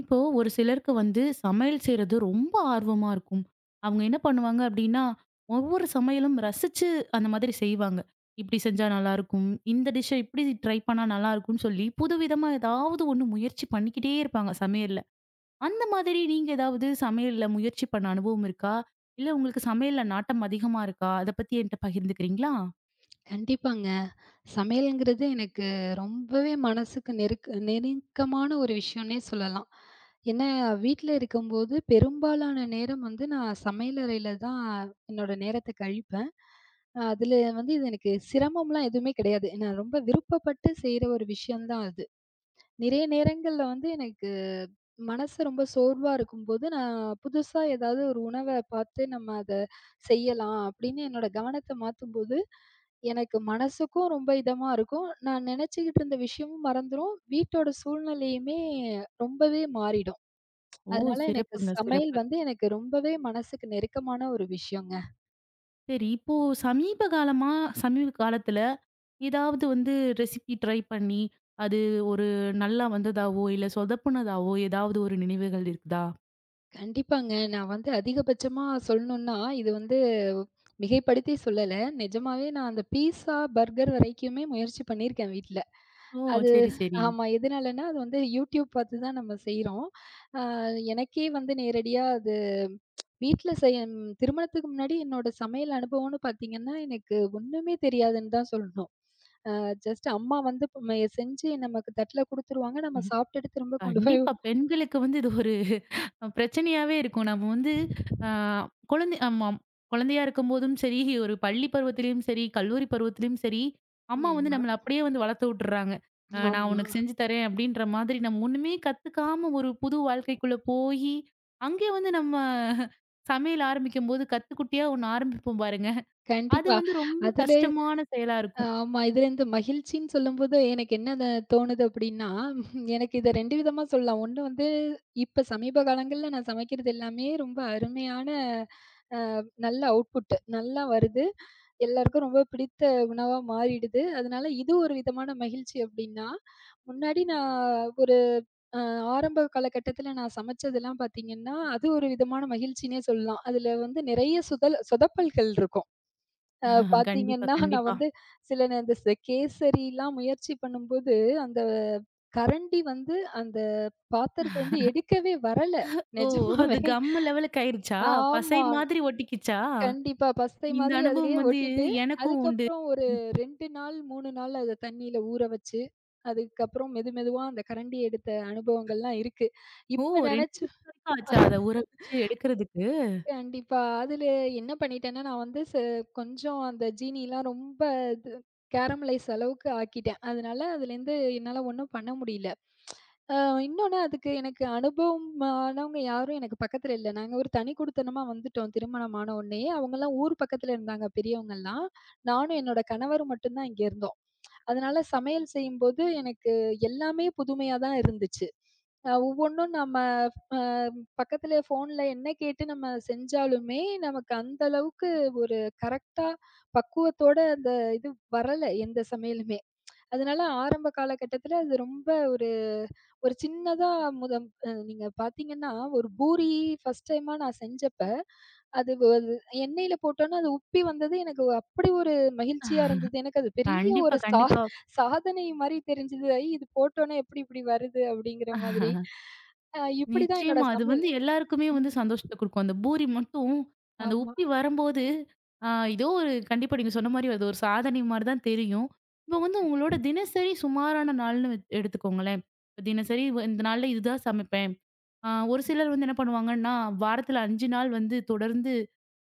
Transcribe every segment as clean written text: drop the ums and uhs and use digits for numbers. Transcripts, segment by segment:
இப்போ ஒரு சிலருக்கு வந்து சமையல் செய்றது ரொம்ப ஆர்வமா இருக்கும். அவங்க என்ன பண்ணுவாங்க அப்படின்னா, ஒவ்வொரு சமையலும் ரசிச்சு அந்த மாதிரி செய்வாங்க. இப்படி செஞ்சா நல்லாயிருக்கும். இந்த டிஷ்ஷ இப்படி ட்ரை பண்ணா நல்லாயிருக்கும்னு சொல்லி, புதுவிதமா ஏதாவது ஒண்ணு முயற்சி பண்ணிக்கிட்டே இருப்பாங்க சமையல்ல. அந்த மாதிரி நீங்க ஏதாவது சமையல்ல முயற்சி பண்ண அனுபவம் இருக்கா? இல்ல உங்களுக்கு சமையல்ல நாட்டம் அதிகமா இருக்கா? அத பத்தி என்ட்ட பகிர்ந்துக்கிறீங்களா? கண்டிப்பாங்க. சமையல்ங்கிறது எனக்கு ரொம்பவே மனசுக்கு நெருக்கமான ஒரு விஷயம்னே சொல்லலாம். ஏன்னா, வீட்ல இருக்கும்போது பெரும்பாலான நேரம் வந்து நான் சமையலறையில தான் என்னோட நேரத்த கழிப்பேன். அதுல வந்து இது எனக்கு சிரமம்லாம் எதுவுமே கிடையாது. நான் ரொம்ப விருப்பப்பட்டு செய்ற ஒரு விஷயம் தான் அது. நிறைய நேரங்கள்ல வந்து எனக்கு மனசு ரொம்ப சோர்வா இருக்கும்போது, நான் புதுசா ஏதாவது ஒரு உணவ பார்த்து நம்ம அத செய்யலாம் அப்படின்னு என்னோட கவனத்த மாத்தும்போது, எனக்கு மனசுக்கும் ரொம்ப இதமா இருக்கும். நான் நினைச்சுக்கிட்டு இருந்த விஷயமும் மறந்துரும். வீட்டோட சூழ்நிலையுமே ரொம்பவே மாறிடும். ஓ! அதனால எனக்கு சிறப்புங்க, சமையல் சிறப்பு. வந்து எனக்கு ரொம்பவே மனசுக்கு நெருக்கமான ஒரு விஷயங்க. சரி. இப்போ சமீப காலமா சமீப காலத்துல ஏதாவது வந்து ரெசிபி ட்ரை பண்ணி, அது ஒரு நல்லா வந்ததாவோ, இல்ல சொதப்புனதாவோ ஏதாவது ஒரு நினைவுகள் இருக்குதா? கண்டிப்பாங்க. நான் வந்து அதிகபட்சமா சொல்லணும்னா, இது வந்து மிகைப்படுத்தி சொல்லல. நிஜமாவே நான் அந்த பீஸா, பர்கர் வரைக்குமே முயற்சி பண்ணியிருக்கேன் வீட்ல. ஓ! அது சரி, சரி. ஆமா. எதனாலன்னா, அது வந்து YouTube பார்த்து தான் நம்ம செய்றோம். அ எனக்கே வந்து நேரடியா அது திருமணத்துக்கு முன்னாடி என்னோட சமையல் அனுபவம்னு பார்த்தீங்கன்னா, எனக்கு ஒண்ணுமே தெரியாதுன்னு தான் சொல்லணும். அ ஜஸ்ட் அம்மா வந்து செஞ்சு நமக்கு தட்ல குடுத்துருவாங்க. நம்ம ம். சாப்பிட்டுட்டு திரும்ப கொண்டு போய் கண்டிப்பா. பெண்களுக்கு வந்து இது ஒரு பிரச்சனையாவே இருக்கும். நம்ம வந்து அ குழந்தை ஆமாம். குழந்தையா இருக்கும்போதும் சரி, ஒரு பள்ளி பருவத்திலயும் சரி, கல்லூரி பருவத்திலயும் சரி, அம்மா வந்து ம். நம்மள அப்படியே வந்து வளர்த்து விட்டுர்றாங்க. நான் ஆமா. உனக்கு செஞ்சு தரேன் அப்படின்ற மாதிரி நம்ம ஒண்ணுமே கத்துக்காம ஒரு புது வாழ்க்கைக்குள்ள போயி, அங்கேயே வந்து நம்ம சமையல் ஆரம்பிக்கும்போது கத்துக்குட்டியா ஒண்ணு ஆரம்பிப்போம் பாருங்க. அது கண்டிப்பா. வந்து ரொம்ப அதுல கஷ்டமான செயலா இருக்கும். ஆமா. இதுல இந்த மகிழ்ச்சின்னு சொல்லும்போது, எனக்கு என்ன அது தோணுது அப்டின்னா, எனக்கு இத 2 விதமா சொல்லலாம். ஒண்ணு வந்து, இப்ப சமீப காலங்கள்ல நான் சமைக்கிறது எல்லாமே ரொம்ப அருமையான, அ நல்ல அவுட்புட் நல்லா வருது. எல்லாருக்கும் ரொம்ப பிடித்த உணவா மாறிடுது. அதனால இது ஒரு விதமான மகிழ்ச்சி அப்டின்னா, முன்னாடி நான் ஒரு அ ஆரம்ப காலகட்டத்தில நான் சமைச்சதெல்லாம் பாத்தீங்கன்னா, அது ஒரு விதமான மகிழ்ச்சின்னே சொல்லலாம். அதுல வந்து நெறைய சுதல் சொதப்பல்கள் இருக்கும். கண்டிப்பா, பாத்தீங்கன்னா, நான் கண்டிப்பா. வந்து சில நே இந்த கேசரிலாம் முயற்சி பண்ணும்போது, அந்த கரண்டி வந்து அந்த பாத்திரத்துலேருந்து எடுக்கவே வரல. ஓ! அது நிஜமாவே. கம்மு லெவலுக்கு ஆயிருச்சா? பசை ஆமா. மாதிரி ஒட்டிக்கிச்சா? கண்டிப்பா. பசை இந்த மாதிரி அதிலேயே அனுபவம் வந்து ஒட்டிட்டு, எனக்கும் உண்டு. அதுக்கப்புறம் ஒரு 2 நாள், 3 நாள் அத தண்ணீல ஊற வச்சு, அதுக்கப்புறம் மெது மெதுவா அந்த கரண்டிய எடுத்த அனுபவங்கள்லாம் இருக்கு. ஓ! இப்ப 2 நெனச்சு நிமிஷம் வரைக்கும் ஆச்சா அத ஊற வச்சு எடுக்கிறதுக்கு? கண்டிப்பா. அதுல என்ன பண்ணிட்டேன்னா, நான் வந்து கொஞ்சம் அந்த ஜீனிலாம் ரொம்ப இது கேரமலைஸ் அளவுக்கு ஆக்கிட்டேன். அதனால அதுலேருந்து என்னால ஒண்ணும் பண்ண முடியல. அ இன்னொன்னு, அதுக்கு எனக்கு அனுபவமானவங்க யாரும் எனக்கு பக்கத்துல இல்ல. நாங்க ஒரு தனி குடித்தனமா வந்துட்டோம் திருமணம் ஆன உடனேயே. அவங்கலாம் ஊர் பக்கத்துல இருந்தாங்க பெரியவங்கலாம். நானும் என்னோட கணவரும் மட்டும் தான் இங்க இருந்தோம். அதனால சமையல் செய்யும்போது எனக்கு எல்லாமே புதுமையா தான் இருந்துச்சு. ஒவ்வொன்னும் நம்ம அ பக்கத்துல ஃபோன்ல என்ன கேட்டு நம்ம செஞ்சாலுமே, நமக்கு அந்த அளவுக்கு ஒரு கரெக்ட்டா பக்குவத்தோட அந்த இது வரல எந்த சமையலுமே. அதனால ஆரம்ப காலகட்டத்துல அது ரொம்ப ஒரு ஒரு சின்னதா, முதம் அ நீங்க பார்த்தீங்கன்னா, ஒரு பூரி ஃபர்ஸ்ட் டைமா நான் செஞ்சப்ப அது எண்ணெயில போட்டோனே அது உப்பி வந்தது எனக்கு அப்படி ஒரு மகிழ்ச்சியா இருந்தது. எனக்கு அது பெரிய கண்டிப்பா, ஒரு கண்டிப்பா. சாதனை மாரி தெரிஞ்சது. இது போட்டோனே எப்படி இப்படி வருது அப்படிங்கிற மாதிரி. இப்படிதான் என்னோட நிச்சயமா. அது சமையல். வந்து எல்லாருக்குமே வந்து ம். சந்தோஷத்த குடுக்கும். அந்த பூரி மட்டும் அந்த ஆமா. உப்பி வரும்போது, ஆ ஏதோ ஒரு கண்டிப்பா நீங்க சொன்ன மாரி அது ஒரு சாதனை மாரி தான் தெரியும். இப்போ வந்து உங்களோட தினசரி சுமாரான நாள்னு வச் எடுத்துக்கோங்களேன். ம். தினசரி இந்த நாள்ல இதுதான் சமைப்பேன். ஒரு சிலர் வந்து என்ன பண்ணுவாங்கன்னா, வாரத்துல 5 நாள் வந்து தொடர்ந்து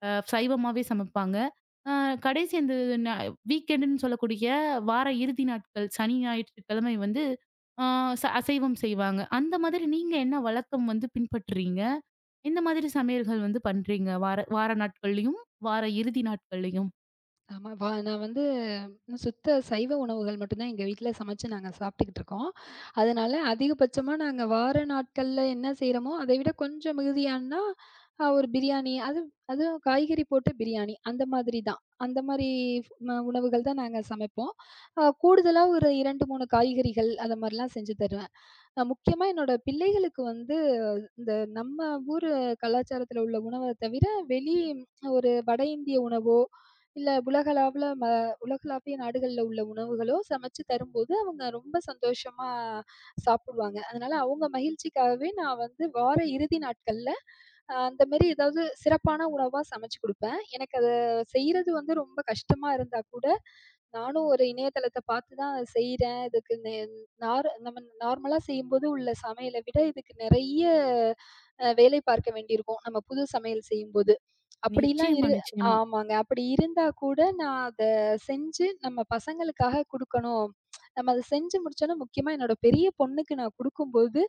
சைவமாவே சமைப்பாங்க. அ கடைசி அந்த ந வீக்கெண்டுன்னு சொல்லக்கூடிய வார இறுதி நாட்கள், சனி, ஞாயிற்றுக்கிழமை வந்து ஆ ச அசைவம் செய்வாங்க. அந்த மாதிரி நீங்க என்ன வழக்கம் வந்து பின்பற்றுறீங்க? எந்த மாதிரி சமையல்கள் வந்து பண்றீங்க? வார வார நாட்கள்லயும், வார இறுதி நாட்கள்லயும்? ஆமா. நான் வந்து சுத்த சைவ உணவுகள் மட்டும் தான் எங்க வீட்ல சமைச்சு நாங்க சாப்பிட்டுக்கிட்டு இருக்கோம். அதனால அதிகபட்சமா நாங்க வார நாட்கள்ல என்ன செய்றோமோ, அதை விட கொஞ்சம் மிகுதியான்னா, ஒரு பிரியாணி, அதுவும் காய்கறி போட்டு பிரியாணி அந்த மாதிரி தான். அந்த மாரி உணவுகள் தான் நாங்க சமைப்போம். கூடுதலா ஒரு 2, 3 காய்கறிகள் அந்த மாரிலாம் செஞ்சு தருவேன். முக்கியமா என்னோட பிள்ளைகளுக்கு வந்து இந்த நம்ம ஊரு கலாச்சாரத்துல உள்ள உணவ தவிர, வெளி ஒரு வட இந்திய உணவோ, இல்ல உலகளாவுல ம உலகளாவிய நாடுகள்ல உள்ள உணவுகளோ சமைச்சு தரும்போது, அவங்க ரொம்ப சந்தோஷமா சாப்பிடுவாங்க. அதனால அவங்க மகிழ்ச்சிக்காகவே நான் வந்து வார இறுதி நாட்கள்ல, அந்த மாரி ஏதாவது சிறப்பான உணவா சமைச்சு குடுப்பேன். எனக்கு அத செய்றது வந்து ரொம்ப கஷ்டமா இருந்தா கூட, நானும் ஒரு இணையதளத்த பார்த்து தான் செய்றேன். இதுக்கு நே நார் நம்ம நார்மலா செய்யும்போது உள்ள சமையல விட இதுக்கு நெறைய வேலை பார்க்க வேண்டியிருக்கும். நம்ம புது சமையல் செய்யும்போது. அப்படிலாம் நிச்சயமா, இரு நிச்சயமா. ஆமாங்க. அப்படி இருந்தா கூட நான் அத செஞ்சு நம்ம பசங்களுக்காக குடுக்கணும். நம்ம அத செஞ்சு முடிச்சோம்னா, முக்கியமா என்னோட பெரிய பொண்ணுக்கு நான் குடுக்கும்போது,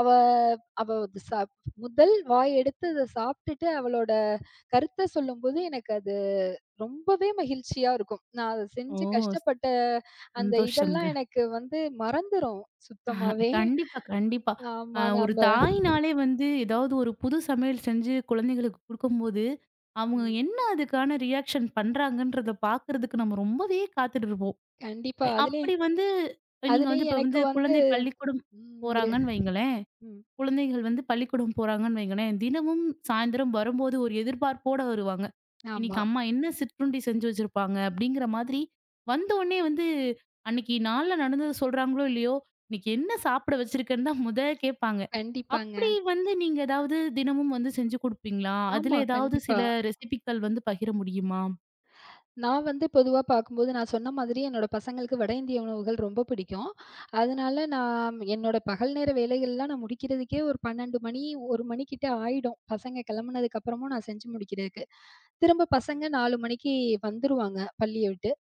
அவ அவ அது சா முதல் வாய் எடுத்து அத சாப்பிட்டுட்டு அவளோட கருத்த சொல்லும்போது, எனக்கு அது ரொம்பவே மகிழ்ச்சியா இருக்கும். நான் அத ஓ! செஞ்சு கஷ்டப்பட்ட அந்த சந்தோஷம்ங்க. இதெல்லாம் எனக்கு வந்து மறந்துரும் சுத்தமாவே. கண்டிப்பா, கண்டிப்பா. ஆமா. ஒரு நம்ம தாய்னாலே வந்து ஏதாவது ஒரு புது சமையல் செஞ்சு குழந்தைகளுக்கு குடுக்கும்போது, அவங்க ம். என்ன அதுக்கான ரியாக்ஷன் பண்றாங்கன்றத பார்க்கறதுக்கு நம்ம ரொம்பவே காத்துட்டு இருப்போம். கண்டிப்பா. அ அதுலயும் அப்படி வந்து நீங்க வந்து அதுலயும் இப்ப எனக்கு வந்து வந்து குழந்தை பள்ளிக்கூடம் ம். இரு போறாங்கன்னு வைங்களேன். ம். குழந்தைகள் வந்து பள்ளிக்கூடம் போறாங்கன்னு வைங்களேன், தினமும் சாயந்தரம் வரும்போது ஒரு எதிர்பார்ப்போட வருவாங்க. ஆமா. இன்னைக்கு அம்மா என்ன சிற்றுண்டி செஞ்சு வச்சிருப்பாங்க அப்படிங்கிற மாதிரி வந்த உடனே வந்து அன்னைக்கு நாள்ல நடந்தத சொல்றாங்களோ இல்லையோ, இன்னைக்கு என்ன சாப்பிட வச்சிருக்கன்னு தான் கேட்பாங்க. கண்டிப்பாங்க. அப்படி வந்து நீங்க ஏதாவது தினமும் வந்து செஞ்சு குடுப்பீங்களா? ஆமா, அதுல ஏதாவது கண்டிப்பா. சில ரெசிபிக்கள் வந்து பகிர முடியுமா? நான் வந்து பொதுவா பார்க்கும்போது, நான் சொன்ன மாதிரி என்னோட பசங்களுக்கு வட இந்திய உணவுகள் ரொம்ப பிடிக்கும். அதனால நான் என்னோட பகல் நேர வேலைகள்லாம் நான் முடிக்கிறதுக்கே ஒரு 12 மணி, 1 மணிக்கிட்ட ஆயிடும். பசங்க கிளம்புனதுக்கப்புறமும் நான் செஞ்சு முடிக்கிறதுக்கு. திரும்ப பசங்க 4 மணிக்கு வந்துருவாங்க பள்ளிய விட்டு.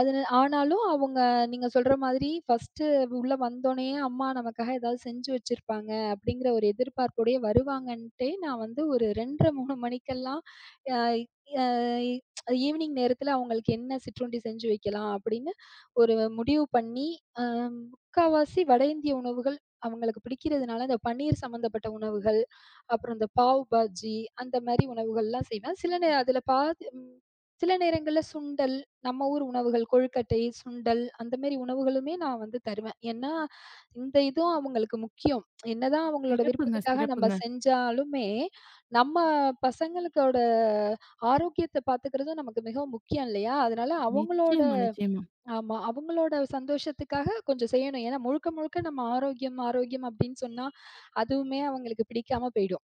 அது ஆனாலும் அவங்க நீங்க சொல்ற மாதிரி ஃபர்ஸ்ட்டு உள்ள வந்தோனயே அம்மா நமக்காக ஏதாவது செஞ்சு வச்சிருப்பாங்க, அப்படிங்கிற ஒரு எதிர்பார்ப்போடயே வருவாங்கன்ட்டே நான் வந்து ஒரு 2:30, 3 மணிக்கெல்லாம் அ அ ஈவினிங் நேரத்தில அவங்களுக்கு என்ன சிற்றுண்டி செஞ்சு வைக்கலாம் அப்படின்னு ஒரு முடிவு பண்ணி, அ முக்காவாசி வட இந்திய உணவுகள் அவங்களுக்கு பிடிக்கிறதுனால இந்த பன்னீர் சம்மந்தப்பட்ட உணவுகள், அப்புறம் இந்த பாவ் பாஜி அந்த மாரி உணவுகள்லாம் செய்வேன். சில நே அதில பாதி ம் சில நேரங்கள்ல சுண்டல், நம்ம ஊர் உணவுகள் கொழுக்கட்டை, சுண்டல் அந்த மாரி உணவுகளுமே நான் வந்து தருவேன். ஏன்னா, இந்த இதுவும் அவங்களுக்கு முக்கியம். என்னதான் அவங்களோட சிறப்புங்க, விருப்பத்துக்காக நம்ம சிறப்புங்க. செஞ்சாலுமே, நம்ம பசங்களுக்கோட ஆரோக்கியத்த பார்த்துக்கிறதும் நமக்கு மிகவும் முக்கியம் இல்லையா? அதனால நிச்சயமா, நிச்சயமா. ஆமா. அவங்களோட சந்தோஷத்துக்காக கொஞ்சம் செய்யணும். ஏன்னா முழுக்க முழுக்க நம்ம ஆரோக்கியம், ஆரோக்கியம் அப்படின்னு சொன்னா, அதுவுமே அவங்களுக்கு பிடிக்காம போயிடும்.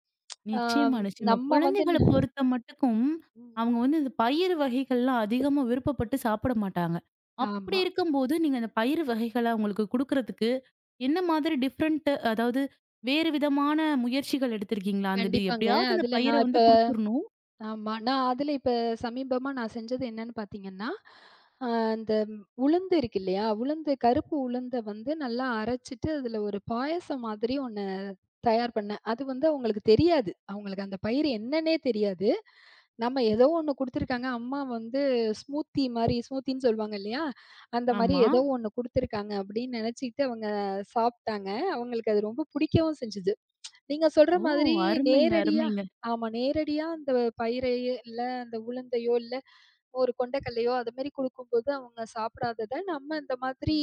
ஆ நிச்சயமா, நிச்சயமா. நம்ம வந்து குழந்தைகள ந- பொறுத்த மட்டுக்கும், ம். அவங்க வந்து இந்த பயிறு வகைகள்லாம் அதிகமா விருப்பப்பட்டு சாப்பிட மாட்டாங்க. அப்படி ஆமா. இருக்கும்போது, நீங்க அந்த பயிறு வகைகள அவங்களுக்கு குடுக்குறதுக்கு, என்ன மாதிரி டிஃபரண்ட் அதாவது வேறு விதமான முயற்சிகள் எடுத்திருக்கீங்களா? அந்த டி கண்டிப்பாங்க. எப்படியாவது அந்த அதுல பயிர நான் இப்ப வந்து குடுத்துரணும். ஆமா. நான் அதுல இப்ப சமீபமா நான் செஞ்சது என்னன்னு பார்த்தீங்கன்னா, அ அந்த உளுந்து இருக்கு இல்லையா? கருப்பு உளுந்த வந்து நல்லா அரைச்சுட்டு, அதுல ஒரு பாயாசம் மாதிரி ஒண்ணு தயார் பண்ணேன். அது வந்து அவங்களுக்கு தெரியாது. அவங்களுக்கு அந்த பயிறு என்னன்னே தெரியாது. நம்ம ஏதோ ஒண்ணு குடுத்துருக்காங்க. அம்மா வந்து ஸ்மூத்தின்னு சொல்லுவாங்க இல்லையா? அந்த மாரி ஆமா. ஏதோ ஒண்ணு குடுத்துருக்காங்க அப்படின்னு நெனச்சுக்கிட்டு அவங்க சாப்ட்டாங்க. அவங்களுக்கு அது ரொம்ப புடிக்கவும் செஞ்சது. நீங்க சொல்ற ஓ! மாதிரி அருமைங்க, நேரடியா அருமைங்க. ஆமா. நேரடியா அந்த பயிரையே, இல்ல அந்த உளுந்தையோ, இல்ல ஒரு கொண்டைக்கல்லையோ அது மாரி குடுக்கும்போது அவங்க சாப்பிடாதத, நம்ம இந்த மாதிரி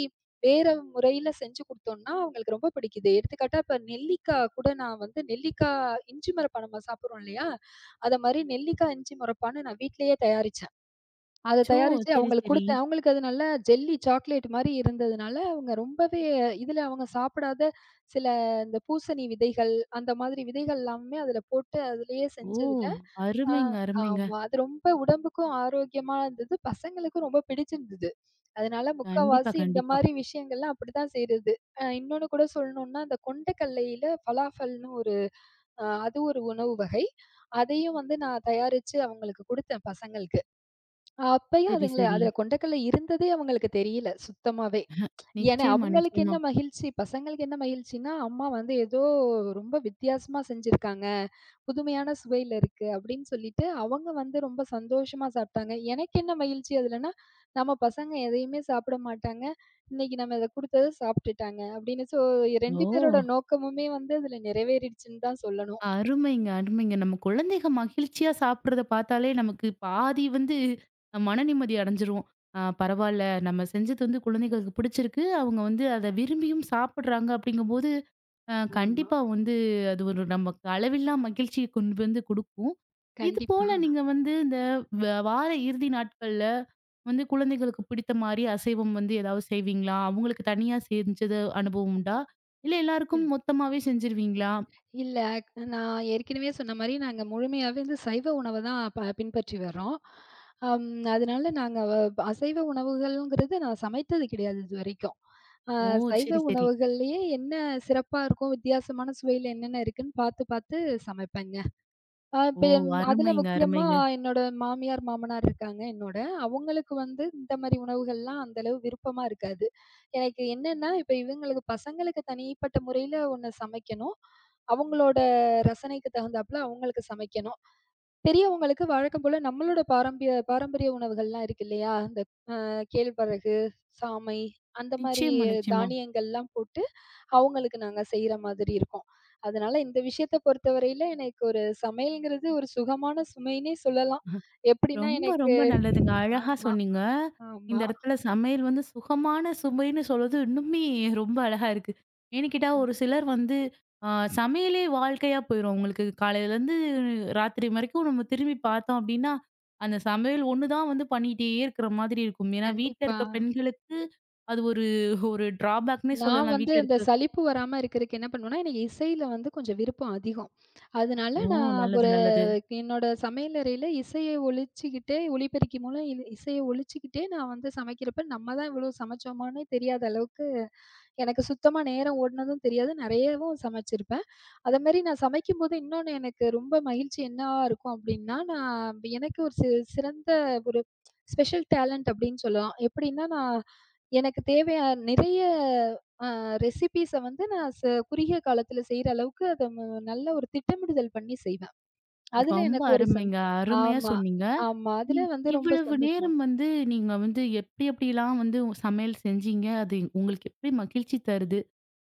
வேற முறையில செஞ்சு குடுத்தோம்னா, அவங்களுக்கு ரொம்ப பிடிக்குது. எடுத்துக்காட்டா இப்ப நெல்லிக்கா கூட நான் வந்து நெல்லிக்கா இஞ்சி முரப்பா நம்ம சாப்பிடுறோம் இல்லையா? அத மாரி நெல்லிக்கா இஞ்சி முரப்பான்னு நான் வீட்லயே தயாரிச்சேன். அத ச்சோ! தயாரிச்சு சரி, அவங்களுக்கு சரி. குடுத்தேன். அவங்களுக்கு அது நல்லா ஜெல்லி சாக்லேட் மாரி இருந்ததுனால, அவங்க ரொம்பவே இதுல அவங்க சாப்பிடாத சில இந்த பூசணி விதைகள், அந்த மாதிரி விதைகள் எல்லாமே அதுல போட்டு அதிலேயே ஓ! செஞ்சதுல, ஆ அருமைங்க, அருமைங்க. ஆமா, அது ரொம்ப உடம்புக்கும் ஆரோக்கியமா இருந்தது. பசங்களுக்கும் ரொம்ப பிடிச்சிருந்தது. அதனால கண்டிப்பா, முக்காவாசி இந்த கண்டிப்பா. மாரி விஷயங்கள்லாம் அப்படித்தான் செய்றது. இன்னொன்னு கூட சொல்லணும்னா, அந்த கொண்டைக்கல்லையில பலாஃபல்னு ஒரு, அது ஒரு உணவு வகை. அதையும் வந்து நான் தயாரிச்சு அவங்களுக்கு குடுத்தேன் பசங்களுக்கு. அப்பயும் சரி, அதுங்கள சரி. அதுல கொண்டக்கல்ல இருந்ததே அவங்களுக்கு தெரியல சுத்தமாவே. ஏன்னா நிச்சயமா, அவங்களுக்கு என்ன நிச்சயமா. மகிழ்ச்சி, பசங்களுக்கு என்ன மகிழ்ச்சின்னா, அம்மா வந்து ஏதோ ரொம்ப வித்தியாசமா செஞ்சிருக்காங்க, புதுமையான சுவையில இருக்கு அப்படின்னு சொல்லிட்டு அவங்க வந்து ரொம்ப சந்தோஷமா சாப்பிட்டாங்க. எனக்கு என்ன மகிழ்ச்சி அதுலன்னா, நம்ம பசங்க எதையுமே சாப்பிட மாட்டாங்க. இன்னைக்கு நம்ம இத குடுத்தத சாப்பிட்டுட்டாங்க அப்படின்னு. ஸோ ஓ! 2 பேரோட நோக்கமுமே வந்து அதுல நிறைவேறிடுச்சுன்னு தான் சொல்லணும். அருமைங்க, அருமைங்க. நம்ம குழந்தைக மகிழ்ச்சியா சாப்பிடுறத பார்த்தாலே நமக்கு பாதி வந்து மன நிம்மதி அடைஞ்சிருவோம். ஆ பரவால்ல நம்ம செஞ்சது வந்து குழந்தைகளுக்கு பிடிச்சிருக்கு. அவங்க வந்து அத விரும்பியும் சாப்பிடுறாங்க அப்படிங்கும்போது, ஆமா, கண்டிப்பா வந்து அது ஒரு நமக்கு அளவில்லா மகிழ்ச்சிய கொண்டு வந்து குடுக்கும். இது கண்டிப்பா. போல நீங்க வந்து இந்த வார இறுதி நாட்கள்ல வந்து குழந்தைகளுக்கு பிடித்த மாரி அசைவம் வந்து ஏதாவது செய்வீங்களா? அவங்களுக்கு தனியா செஞ்சது அனுபவம் உண்டா? இல்ல எல்லாருக்கும் மொத்தமாவே செஞ்சுருவீங்களா? இல்ல. நான் ஏற்கனவே சொன்ன மாரி நாங்க முழுமையாவே வந்து சைவ உணவ தான் பின்பற்றி வர்றோம். அம் அதனால நாங்க வ அசைவ உணவுகள்ங்கிறது நான் சமைத்தது கிடையாது இதுவரைக்கும். அ ஓ! சைவ சரி, சரி. உணவுகள்லயே என்ன சிறப்பா இருக்கும், வித்தியாசமான சுவையில என்னென்ன இருக்குன்னு பார்த்து பார்த்து சமைப்பேங்க. ஆ ஓ! பெம் அதுல அருமைங்க, முக்கியமா அருமைங்க. என்னோட மாமியார், மாமனார் இருக்காங்க என்னோட. அவங்களுக்கு வந்து இந்த மாரி உணவுகள்லாம் அந்த அளவு விருப்பமா இருக்காது. எனக்கு என்னன்னா, இப்ப பசங்களுக்கு தனிப்பட்ட முறையில ஒண்ணு சமைக்கணும். அவங்களோட ரசனைக்கு தகுந்தாப்புல அவங்களுக்கு சமைக்கணும். பெரியவங்களுக்கு வழக்கம் போல நம்மளோட பாரம்பரிய பாரம்பரிய உணவுகள்லாம் இருக்கு இல்லையா? இந்த கேழ்வரகு, சாமை அந்த மாரி நிச்சயமா, நிச்சயமா. தானியங்கள்லாம் போட்டு, அவங்களுக்கு நாங்க செய்ற மாதிரி இருக்கும். அதனால இந்த விஷயத்த பொறுத்தவரையில எனக்கு ஒரு சமையல்ங்கிறது ஒரு சுகமான சுமைன்னே சொல்லலாம். எப்படின்னா ரொம்ப, எனக்கு ரொம்ப நல்லதுங்க. அழகா ஆமா, சொன்னீங்க. ஆமா. இந்த இடத்துல சமையல் வந்து சுகமான சுமைன்னு சொல்றது இன்னுமே ரொம்ப அழகா இருக்கு. ஏன்னு கேட்டா கண் ஒரு சிலர் வந்து அ சமையலே வாழ்க்கையா போயிரும். அவங்களுக்கு காலையிலேருந்து ராத்திரி வரைக்கும் நம்ம திரும்பி பார்த்தோம் அப்டின்னா, அந்த சமையல் ஒண்ணு தான் வந்து பண்ணிட்டே இருக்கிற மாதிரி இருக்கும். ஏன்னா வீட்ல கண்டிப்பா. இருக்க பெண்களுக்கு அது ஒரு ஒரு ட்ராபேக்ன்னே நான் சொல்லலாம். வந்து வீட்ல அந்த இருக்க சலிப்பு வராம இருக்கறக்கு என்ன பண்ணுவேன்னா, எனக்கு இசையில வந்து கொஞ்சம் விருப்பம் அதிகம். அதனால ஓ! நான் நல்லது, ஒரு நல்லது. என்னோட சமையல் அறையில இசைய ஒலிச்சுக்கிட்டே, ஒலிபெருக்கி மூலம் இசைய ஒலிச்சுக்கிட்டே நான் வந்து சமைக்கிறப்ப, நம்ம தான் இவ்வளோ சமைச்சோமான்னே தெரியாத அளவுக்கு எனக்கு சுத்தமா நேரம் ஓடுனதும் தெரியாது. நெறையவும் சமைச்சிருப்பேன். அதமாரி நான் சமைக்கும்போது இன்னொன்னு எனக்கு ரொம்ப மகிழ்ச்சி என்னவா இருக்கும் அப்டின்னா, நான் எனக்கு ஒரு சிறந்த ஒரு ஸ்பெஷல் டேலண்ட் அப்டின்னு சொல்லலாம். எப்டின்னா, நான் எனக்கு தேவையா நிறைய அ ரெசிபீஸ வந்து நான் ச குறுகிய காலத்துல செய்ற அளவுக்கு அத நல்ல ஒரு திட்டமிடுதல் பண்ணி செய்வேன். அதுல ரொம்ப எனக்கு ஒரு சந் அருமைங்க. அருமையா ஆமா, சொன்னீங்க. ஆமா. அதுல இவ் வந்து ரொம்ப இவ்வளவு சந்தோஷம். நேரம் வந்து நீங்க வந்து எப்படி எப்படிலாம் வந்து உங்க சமையல் செஞ்சீங்க? அது உங்களுக்கு எப்படி மகிழ்ச்சி தருது?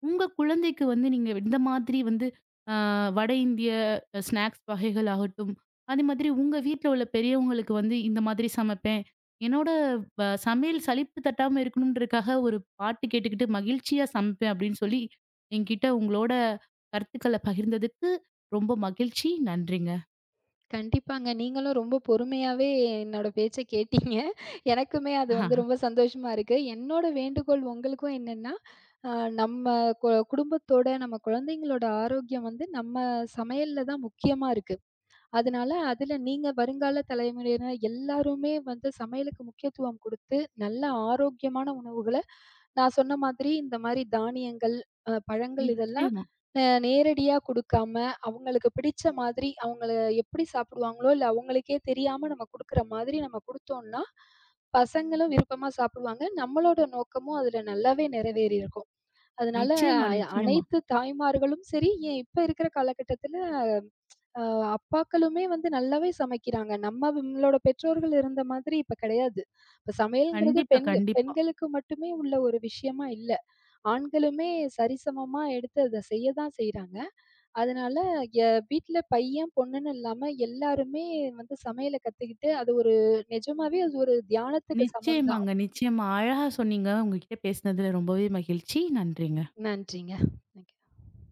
உங்க குழந்தைக்கு வந்து நீங்க இந்த மாதிரி வந்து அ வட இந்திய ஸ்நாக்ஸ் வகைகள் ஆகட்டும், அதே மாதிரி உங்க வீட்ல உள்ள பெரியவங்களுக்கு வந்து இந்த மாதிரி சமைப்பேன். என்னோட சமையல் சலிப்பு தட்டாம இருக்கணும்ன்றதுக்காக ஒரு பாட்டு கேட்டுக்கிட்டு மகிழ்ச்சியா சமைப்பேன் அப்படின்னு சொல்லி, என்கிட்ட உங்களோட கருத்துக்கள பகிர்ந்ததுக்கு ரொம்ப மகிழ்ச்சி. நன்றிங்க. கண்டிப்பாங்க. நீங்களும் ரொம்ப பொறுமையாவே என்னோட பேச்ச கேட்டீங்க. எனக்குமே அது வந்து ரொம்ப சந்தோஷமா இருக்கு. என்னோட வேண்டுகோள் உங்களுக்கும் என்னன்னா, அ நம்ம குடும்பத்தோட, நம்ம குழந்தைங்களோட ஆரோக்கியம் வந்து நம்ம சமையல்ல தான் முக்கியமா இருக்கு. அதனால அதுல நீங்க வருங்கால தலைமுறையினர் எல்லாருமே வந்து சமையலுக்கு முக்கியத்துவம் குடுத்து, நல்ல ஆரோக்கியமான உணவுகள நான் சொன்ன மாதிரி இந்த மாரி தானியங்கள், பழங்கள் இதெல்லாம் நிச்சயமா, நேரடியா குடுக்காம, அவங்களுக்கு பிடிச்ச மாதிரி அவங்கள எப்படி சாப்பிடுவாங்களோ, இல்ல அவங்களுக்கே தெரியாம நம்ம குடுக்குற மாதிரி நம்ம குடுத்தோம்னா, பசங்களும் விருப்பமா சாப்பிடுவாங்க. நம்மளோட நோக்கமும் அதுல நல்லாவே நிறைவேறியிருக்கும். அதனால நிச்சயமா, நிச்சயமா. அனைத்து தாய்மார்களும் சரி, ஏன் இப்ப இருக்கிற காலகட்டத்தில அ அப்பாக்களுமே வந்து நல்லாவே சமைக்கிறாங்க. நம்மளோட பெற்றோர்கள் இருந்த மாதிரி இப்ப கிடையாது. இப்ப சமையல்ங்கிறது கண்டிப்பா, கண்டிப்பா. பெண்களுக்கு மட்டுமே உள்ள ஒரு விஷயமா இல்ல. ஆண்களுமே சரிசமமா எடுத்து அத செய்ய தான் செய்றாங்க. அதனால வீட்ல பையன், பொண்ணுன்னு இல்லாம எல்லாருமே வந்து சமையல கத்துக்கிட்டு, அது ஒரு நிஜமாவே அது ஒரு தியானத்துக்கு சமம் தான். நிச்சயமாங்க, நிச்சயமா. அழகா சொன்னீங்க. உங்ககிட்ட பேசினதுல ரொம்பவே மகிழ்ச்சி. நன்றிங்க. நன்றிங்க. Thank you.